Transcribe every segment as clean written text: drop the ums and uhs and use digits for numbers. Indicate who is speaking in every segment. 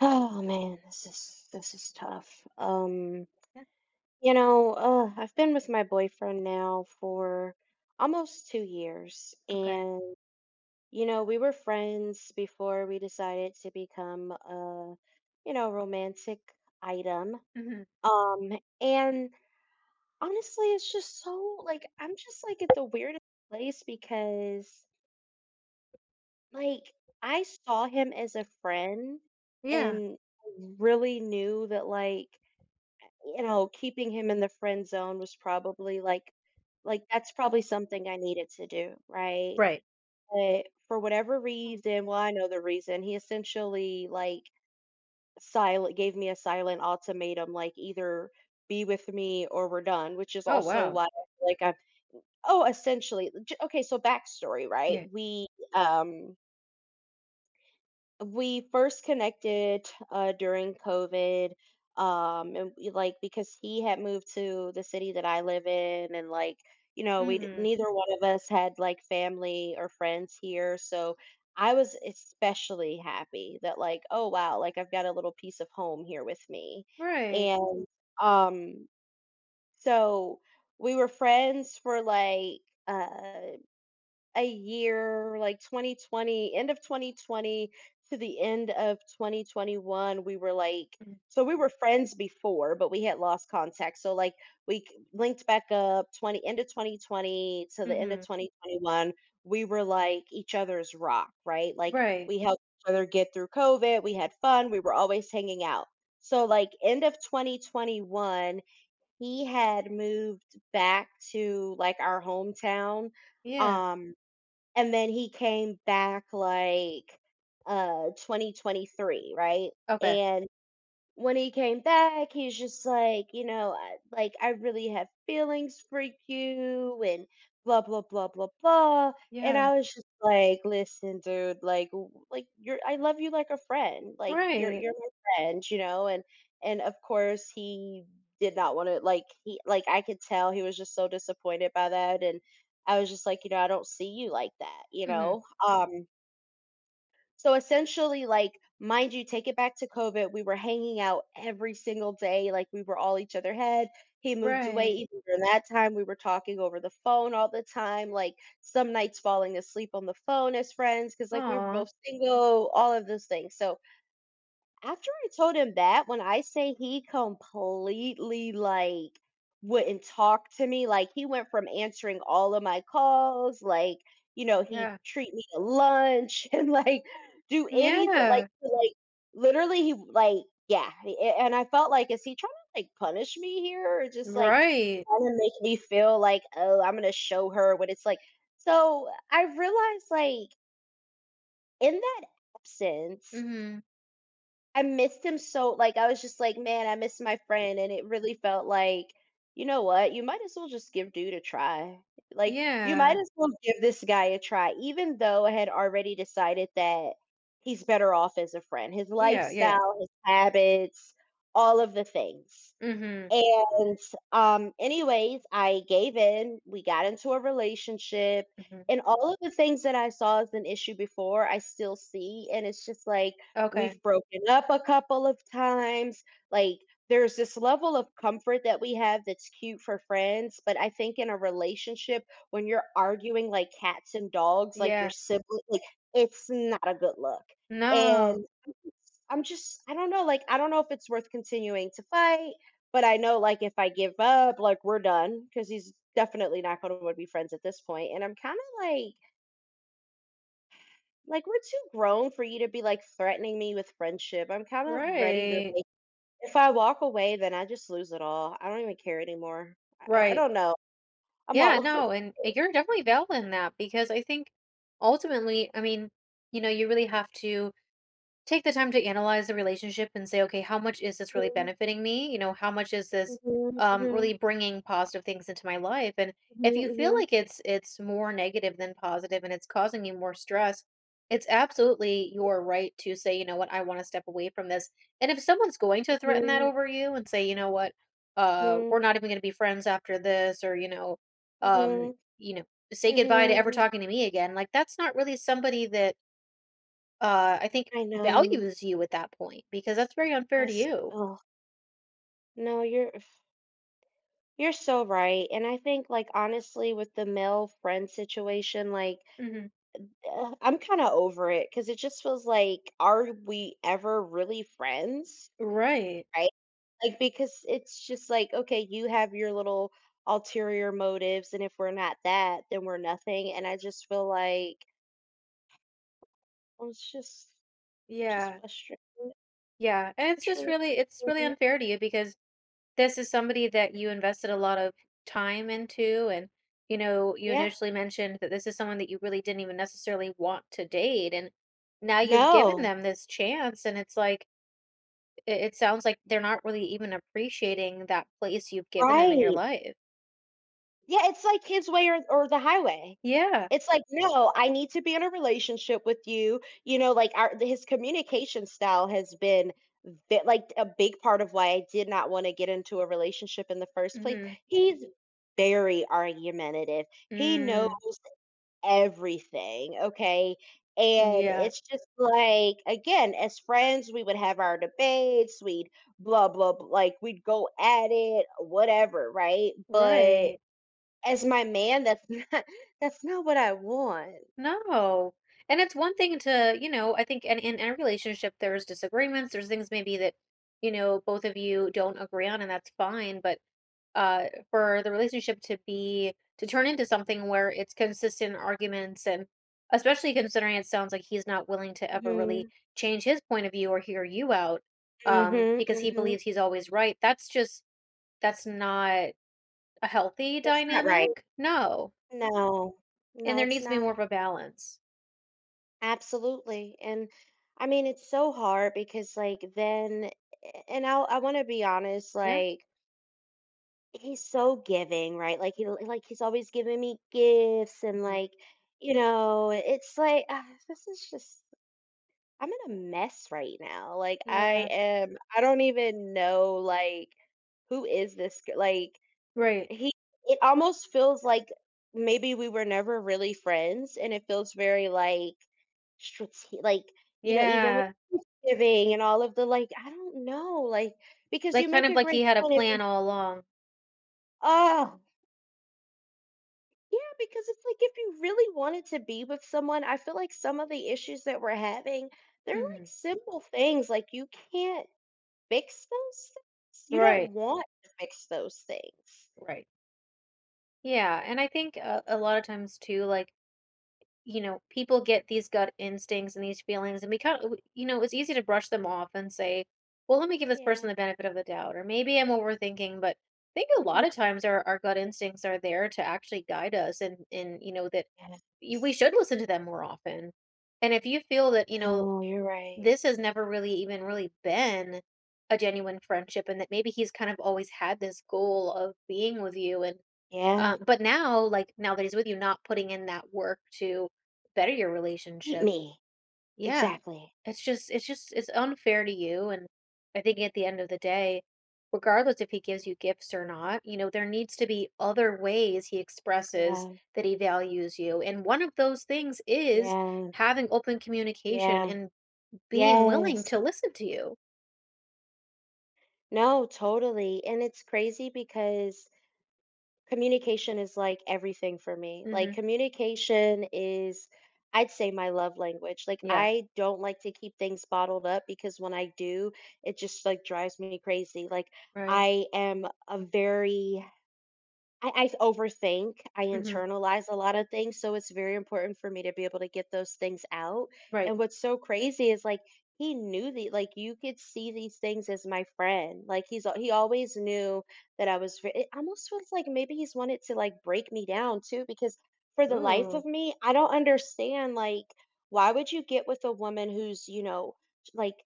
Speaker 1: Oh man, this is tough.
Speaker 2: Yeah.
Speaker 1: I've been with my boyfriend now for almost 2 years,
Speaker 2: Okay.
Speaker 1: and we were friends before we decided to become a romantic item.
Speaker 2: Hmm.
Speaker 1: And honestly, it's just so like I'm just like at the weirdest place because like I saw him as a friend
Speaker 2: Yeah.
Speaker 1: and really knew that like keeping him in the friend zone was probably like, that's probably something I needed to do, right?
Speaker 2: Right.
Speaker 1: But for whatever
Speaker 2: Mm.
Speaker 1: reason, well, I know the reason, he essentially, like, silent gave me a silent ultimatum, like, either be with me or we're done, which is
Speaker 2: Oh,
Speaker 1: also
Speaker 2: wow.
Speaker 1: why I feel like I'm, oh, essentially, j— okay, so backstory, right?
Speaker 2: Yeah.
Speaker 1: Um we first connected during COVID, and we, like because he had moved to the city that I live in, and like we d-
Speaker 2: Hmm.
Speaker 1: neither one of us had like family or friends here, so I was especially happy that like oh wow, like I've got a little piece of home here with me,
Speaker 2: Right.
Speaker 1: and um, so we were friends for like. Uh, a year, like 2020, end of 2020 to the end of 2021, we were like, so we were friends before, but we had lost contact. So like we c- linked back up 20 end of 2020 to the end
Speaker 2: Mm-hmm.
Speaker 1: of 2021. We were like each other's rock, right? Like
Speaker 2: Right.
Speaker 1: we helped each other get through COVID. We had fun. We were always hanging out. So like end of 2021, he had moved back to like our hometown
Speaker 2: Yeah.
Speaker 1: um and then he came back like 2023, right?
Speaker 2: Okay.
Speaker 1: And when he came back, he's just like, you know, I really have feelings for you and blah blah blah blah blah. And
Speaker 2: Yeah.
Speaker 1: I was just like, listen, dude, like like you're I love you like a friend. Like you're
Speaker 2: Right.
Speaker 1: you're my friend, you know, and of course he did not want to like he like I could tell he was just so disappointed by that and I was just like, you know, I don't see you like that, you
Speaker 2: Mm-hmm.
Speaker 1: know. So essentially, like, mind you, take it back to COVID, we were hanging out every single day, like we were all each other head. He moved away
Speaker 2: Right.
Speaker 1: even during that time. We were talking over the phone all the time, like some nights falling asleep on the phone as friends, because like we were
Speaker 2: Aw.
Speaker 1: both single, all of those things. So after I told him that, when I say he completely like wouldn't talk to me, like he went from answering all of my calls, like, you know, he'd
Speaker 2: Yeah.
Speaker 1: treat me to lunch and like do anything like
Speaker 2: Yeah.
Speaker 1: like literally he like yeah, and I felt like is he trying to like punish me here or just like
Speaker 2: Right.
Speaker 1: trying to make me feel like oh, I'm going to show her what it's like. So, I realized like in that absence
Speaker 2: Mm-hmm.
Speaker 1: I missed him so like, I was just like, "Man, I miss my friend," and it really felt like, "You know what? You might as well just give dude a try." Like, you might
Speaker 2: Yeah.
Speaker 1: as well give this guy a try, even though I had already decided that he's better off as a friend. His
Speaker 2: Yeah. Yeah.
Speaker 1: lifestyle, his habits, all of the things.
Speaker 2: Mm-hmm.
Speaker 1: And, anyways, I gave in, we got into a relationship,
Speaker 2: Mm-hmm.
Speaker 1: and all of the things that I saw as an issue before, I still see, and it's just like,
Speaker 2: Okay.
Speaker 1: we've broken up a couple of times, like, there's this level of comfort that we have that's cute for friends, but I think in a relationship, when you're arguing like cats and dogs, like your
Speaker 2: Yeah.
Speaker 1: sibling like, it's not a good look,
Speaker 2: No.
Speaker 1: and I'm just I don't know, like, I don't know if it's worth continuing to fight, but I know, like, if I give up, like, we're done because he's definitely not going to want to be friends at this point. And I'm kind of like we're too grown for you to be like threatening me with friendship. I'm kind of ready to
Speaker 2: Right.
Speaker 1: like, if I walk away, then I just lose it all. I don't even care anymore. I
Speaker 2: Right.
Speaker 1: don't know. I'm
Speaker 2: Yeah.
Speaker 1: all over the.
Speaker 2: No. And you're definitely valid in that because I think ultimately, I mean, you know, you really have to take the time to analyze the relationship and say, "Okay, how much is this really
Speaker 1: Mhm,
Speaker 2: benefiting me? You know, how much is this
Speaker 1: mhm, mhm,
Speaker 2: really bringing positive things into my life?" And if you feel
Speaker 1: mhm,
Speaker 2: like it's more negative than positive and it's causing you more stress, it's absolutely your right to say, "You know what? I want to step away from this." And if someone's going to threaten that
Speaker 1: mhm,
Speaker 2: over you and say, "You know what?
Speaker 1: mhm,
Speaker 2: We're not even going to be friends after this," or, um,
Speaker 1: mhm,
Speaker 2: you know, say
Speaker 1: mhm,
Speaker 2: goodbye to ever
Speaker 1: mhm.
Speaker 2: talking to me again. Like that's not really somebody that I think
Speaker 1: I know.
Speaker 2: values you at that point because that's very unfair to
Speaker 1: That's,
Speaker 2: you.
Speaker 1: oh, no, you're so right, and I think, like, honestly, with the male friend situation, like,
Speaker 2: Hmm.
Speaker 1: I'm kinda over it because it just feels like, are we ever really friends,
Speaker 2: Right.
Speaker 1: right? Like, because it's just like, okay, you have your little ulterior motives, and if we're not that, then we're nothing, and I just feel like, well, it's just
Speaker 2: Yeah.
Speaker 1: frustrating.
Speaker 2: Yeah. And
Speaker 1: I'm
Speaker 2: it's just
Speaker 1: truly
Speaker 2: really, it's really
Speaker 1: frustrated.
Speaker 2: unfair to you because this is somebody that you invested a lot of time into. And, you know, you
Speaker 1: Yeah.
Speaker 2: initially mentioned that this is someone that you really didn't even necessarily want to date. And now you've given
Speaker 1: No.
Speaker 2: them this chance. And it's like, it sounds like they're not really even appreciating that place you've given them in your
Speaker 1: Right.
Speaker 2: life.
Speaker 1: Yeah, it's like his way or the highway.
Speaker 2: Yeah.
Speaker 1: It's like, "No, I need to be in a relationship with you," you know, like, our his communication style has been b like, a big part of why I did not wanna get into a relationship in the first place.
Speaker 2: Hmm.
Speaker 1: He's very argumentative. He knows
Speaker 2: Mm,
Speaker 1: everything, okay? And
Speaker 2: yeah.
Speaker 1: it's just like, again, as friends, we would have our debates, we'd blah, blah, bl like, we'd go at it, whatever, right? But
Speaker 2: Right.
Speaker 1: as my man, that's not that's not what I want.
Speaker 2: No. And it's one thing to, you know, I think in a relationship, there's disagreements, there's things maybe that, you know, both of you don't agree on, and that's fine. But for the relationship to be, to turn into something where it's consistent arguments, and especially considering it sounds like he's not willing to ever really
Speaker 1: Mhm,
Speaker 2: change his point of view or hear you out
Speaker 1: mhm,
Speaker 2: because he
Speaker 1: mhm.
Speaker 2: believes he's always right, that's just, that's not a healthy
Speaker 1: That's not right.
Speaker 2: dynamic. No.
Speaker 1: No,
Speaker 2: And
Speaker 1: no,
Speaker 2: there
Speaker 1: it's
Speaker 2: needs to be more
Speaker 1: not.
Speaker 2: of a balance.
Speaker 1: Absolutely. And I mean, it's so hard because, like, then, and I want to be honest,
Speaker 2: Yeah.
Speaker 1: like, he's so giving, right? Like, he, like, he's always giving me gifts and,
Speaker 2: Mhm.
Speaker 1: like, you know, it's like, ah, this is just, I'm in a mess right now. Like, I
Speaker 2: Yeah,
Speaker 1: am, I don't even know, like, who is this? Like,
Speaker 2: right.
Speaker 1: he— it almost feels like maybe we were never really friends, and it feels very, like, strate like, you know, even with
Speaker 2: Yeah.
Speaker 1: Thanksgiving and all of the, like, I don't know, like because you
Speaker 2: Like, kind
Speaker 1: make
Speaker 2: of
Speaker 1: a
Speaker 2: like he
Speaker 1: great
Speaker 2: had a
Speaker 1: point if you—
Speaker 2: plan all along.
Speaker 1: oh, yeah, because it's like, if you really wanted to be with someone, I feel like some of the issues that we're having, they're, like,
Speaker 2: Mhm.
Speaker 1: simple things, like, you can't fix those things. You don't
Speaker 2: Right,
Speaker 1: want to fix those things.
Speaker 2: right. Yeah, and I think a lot of times too, like, you know, people get these gut instincts and these feelings, and we kind of it's easy to brush them off and say, "Well, let me give this person
Speaker 1: Yeah.
Speaker 2: the benefit of the doubt," or, "Maybe I'm overthinking," but I think a lot
Speaker 1: Mhm.
Speaker 2: of times our gut instincts are there to actually guide us and, you know, that y we
Speaker 1: Yes.
Speaker 2: should listen to them more often. And if you feel that, you know
Speaker 1: No, you're right.
Speaker 2: this has never really even really been a genuine friendship and that maybe he's kind of always had this goal of being with you and
Speaker 1: Yeah.
Speaker 2: but now, like, now that he's with you not putting in that work to better your
Speaker 1: Eat
Speaker 2: relationship,
Speaker 1: me.
Speaker 2: yeah,
Speaker 1: Exactly.
Speaker 2: it's just it's unfair to you. And I think at the end of the day, regardless if he gives you gifts or not, there needs to be other ways he expresses
Speaker 1: Yeah.
Speaker 2: that he values you. And one of those things is
Speaker 1: Yeah.
Speaker 2: having open communication
Speaker 1: Yeah.
Speaker 2: and being willing to
Speaker 1: Yes.
Speaker 2: listen to you.
Speaker 1: No, totally. And it's crazy because communication is like everything for me. Like,
Speaker 2: Mhm.
Speaker 1: communication is, I'd say, my love language. Like,
Speaker 2: Yeah,
Speaker 1: I don't like to keep things bottled up because when I do, it just like drives me crazy. Like,
Speaker 2: right.
Speaker 1: I am a very— I overthink, I
Speaker 2: Mhm.
Speaker 1: internalize a lot of things, so it's very important for me to be able to get those things out,
Speaker 2: Right.
Speaker 1: and what's so crazy is, like, he knew the like, you could see these things as my friend, like, he always knew that I was ve it almost feels like maybe he's wanted to, like, break me down too because for the life
Speaker 2: Ooh.
Speaker 1: of me, I don't understand, like, why would you get with a woman who's, you know, like,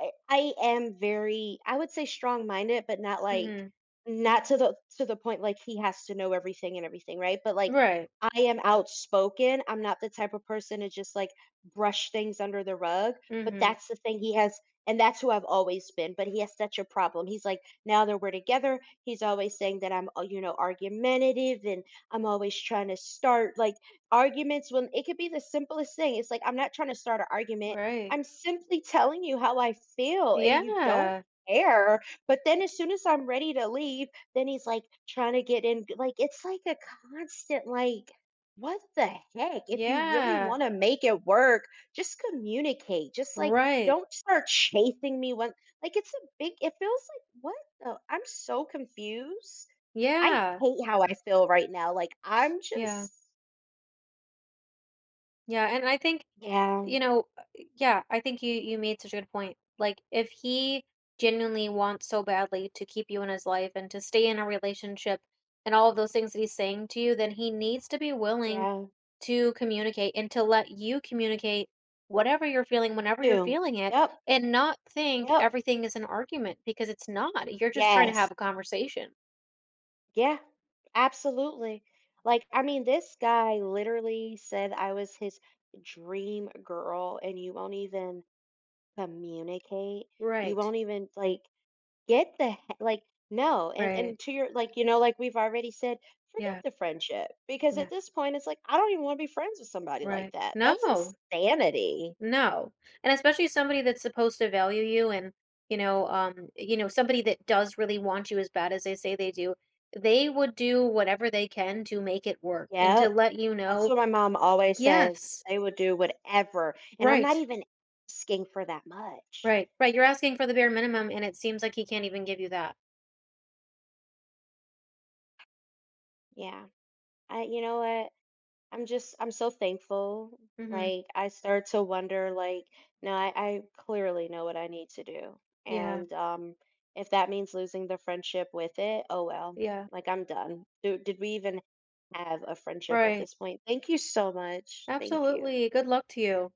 Speaker 1: I am very, I would say strong-minded, but not like
Speaker 2: Mhm.
Speaker 1: not to the point like he has to know everything and everything, right? But like
Speaker 2: Right.
Speaker 1: I am outspoken. I'm not the type of person to just like brush things under the rug, but
Speaker 2: Mhm.
Speaker 1: that's the thing he has and that's who I've always been, but he has such a problem. He's like now that we're together, he's always saying that I'm argumentative and I'm always trying to start like arguments when it could be the simplest thing. It's like I'm not trying to start an argument.
Speaker 2: Right.
Speaker 1: I'm simply telling you how I feel and you don't
Speaker 2: Yeah.
Speaker 1: care. But then as soon as I'm ready to leave, then he's like trying to get in. Like, it's like a constant, like, what the heck? If you really
Speaker 2: Yeah.
Speaker 1: want to make it work, just communicate. Just like,
Speaker 2: Right.
Speaker 1: don't start chasing me when, like, it's a big, it feels like, what the? I'm so confused. I
Speaker 2: Yeah.
Speaker 1: hate how I feel right now. Like, I'm
Speaker 2: Yeah.
Speaker 1: just,
Speaker 2: Yeah, and I think,
Speaker 1: yeah,
Speaker 2: you know, uh, yeah, I think you made such a good point. Like, if he genuinely wants so badly to keep you in his life and to stay in a relationship and all of those things that he's saying to you, then he needs to be willing
Speaker 1: yeah,
Speaker 2: to communicate and to let you communicate whatever you're feeling whenever you're
Speaker 1: too.
Speaker 2: feeling it
Speaker 1: Yep,
Speaker 2: and not think
Speaker 1: yep,
Speaker 2: everything is an argument because it's not. You're just trying to have
Speaker 1: yes.
Speaker 2: a conversation.
Speaker 1: Yeah, absolutely. Like, I mean, this guy literally said I was his dream girl, and you won't even communicate. You
Speaker 2: Right.
Speaker 1: won't even like get the like no. And
Speaker 2: Right.
Speaker 1: to your like, you know, like we've already said, forget
Speaker 2: Yeah.
Speaker 1: the friendship because at
Speaker 2: Yeah.
Speaker 1: this point, it's like I don't even want to be friends with somebody like
Speaker 2: Right.
Speaker 1: that. That's
Speaker 2: No.
Speaker 1: insanity.
Speaker 2: No. And especially somebody that's supposed to value you and somebody that does really want you as bad as they say they do, they would do whatever they can to make it work and to
Speaker 1: Yep.
Speaker 2: let you
Speaker 1: That's
Speaker 2: know.
Speaker 1: what my mom always says.
Speaker 2: Yes.
Speaker 1: They would do whatever. And I'm not
Speaker 2: Right.
Speaker 1: even asking for that much.
Speaker 2: Right, right, you're asking for the bare minimum, and it seems like he can't even give you that.
Speaker 1: Yeah. You know what? I'm so thankful.
Speaker 2: Mhm,
Speaker 1: Like I start to wonder like no, I clearly know what I need to do.
Speaker 2: yeah,
Speaker 1: And if that means losing the friendship with it, oh well.
Speaker 2: yeah,
Speaker 1: Like I'm done. Did we even have a friendship at
Speaker 2: right.
Speaker 1: this point? Thank you so much. Thank you.
Speaker 2: Absolutely, good luck to you.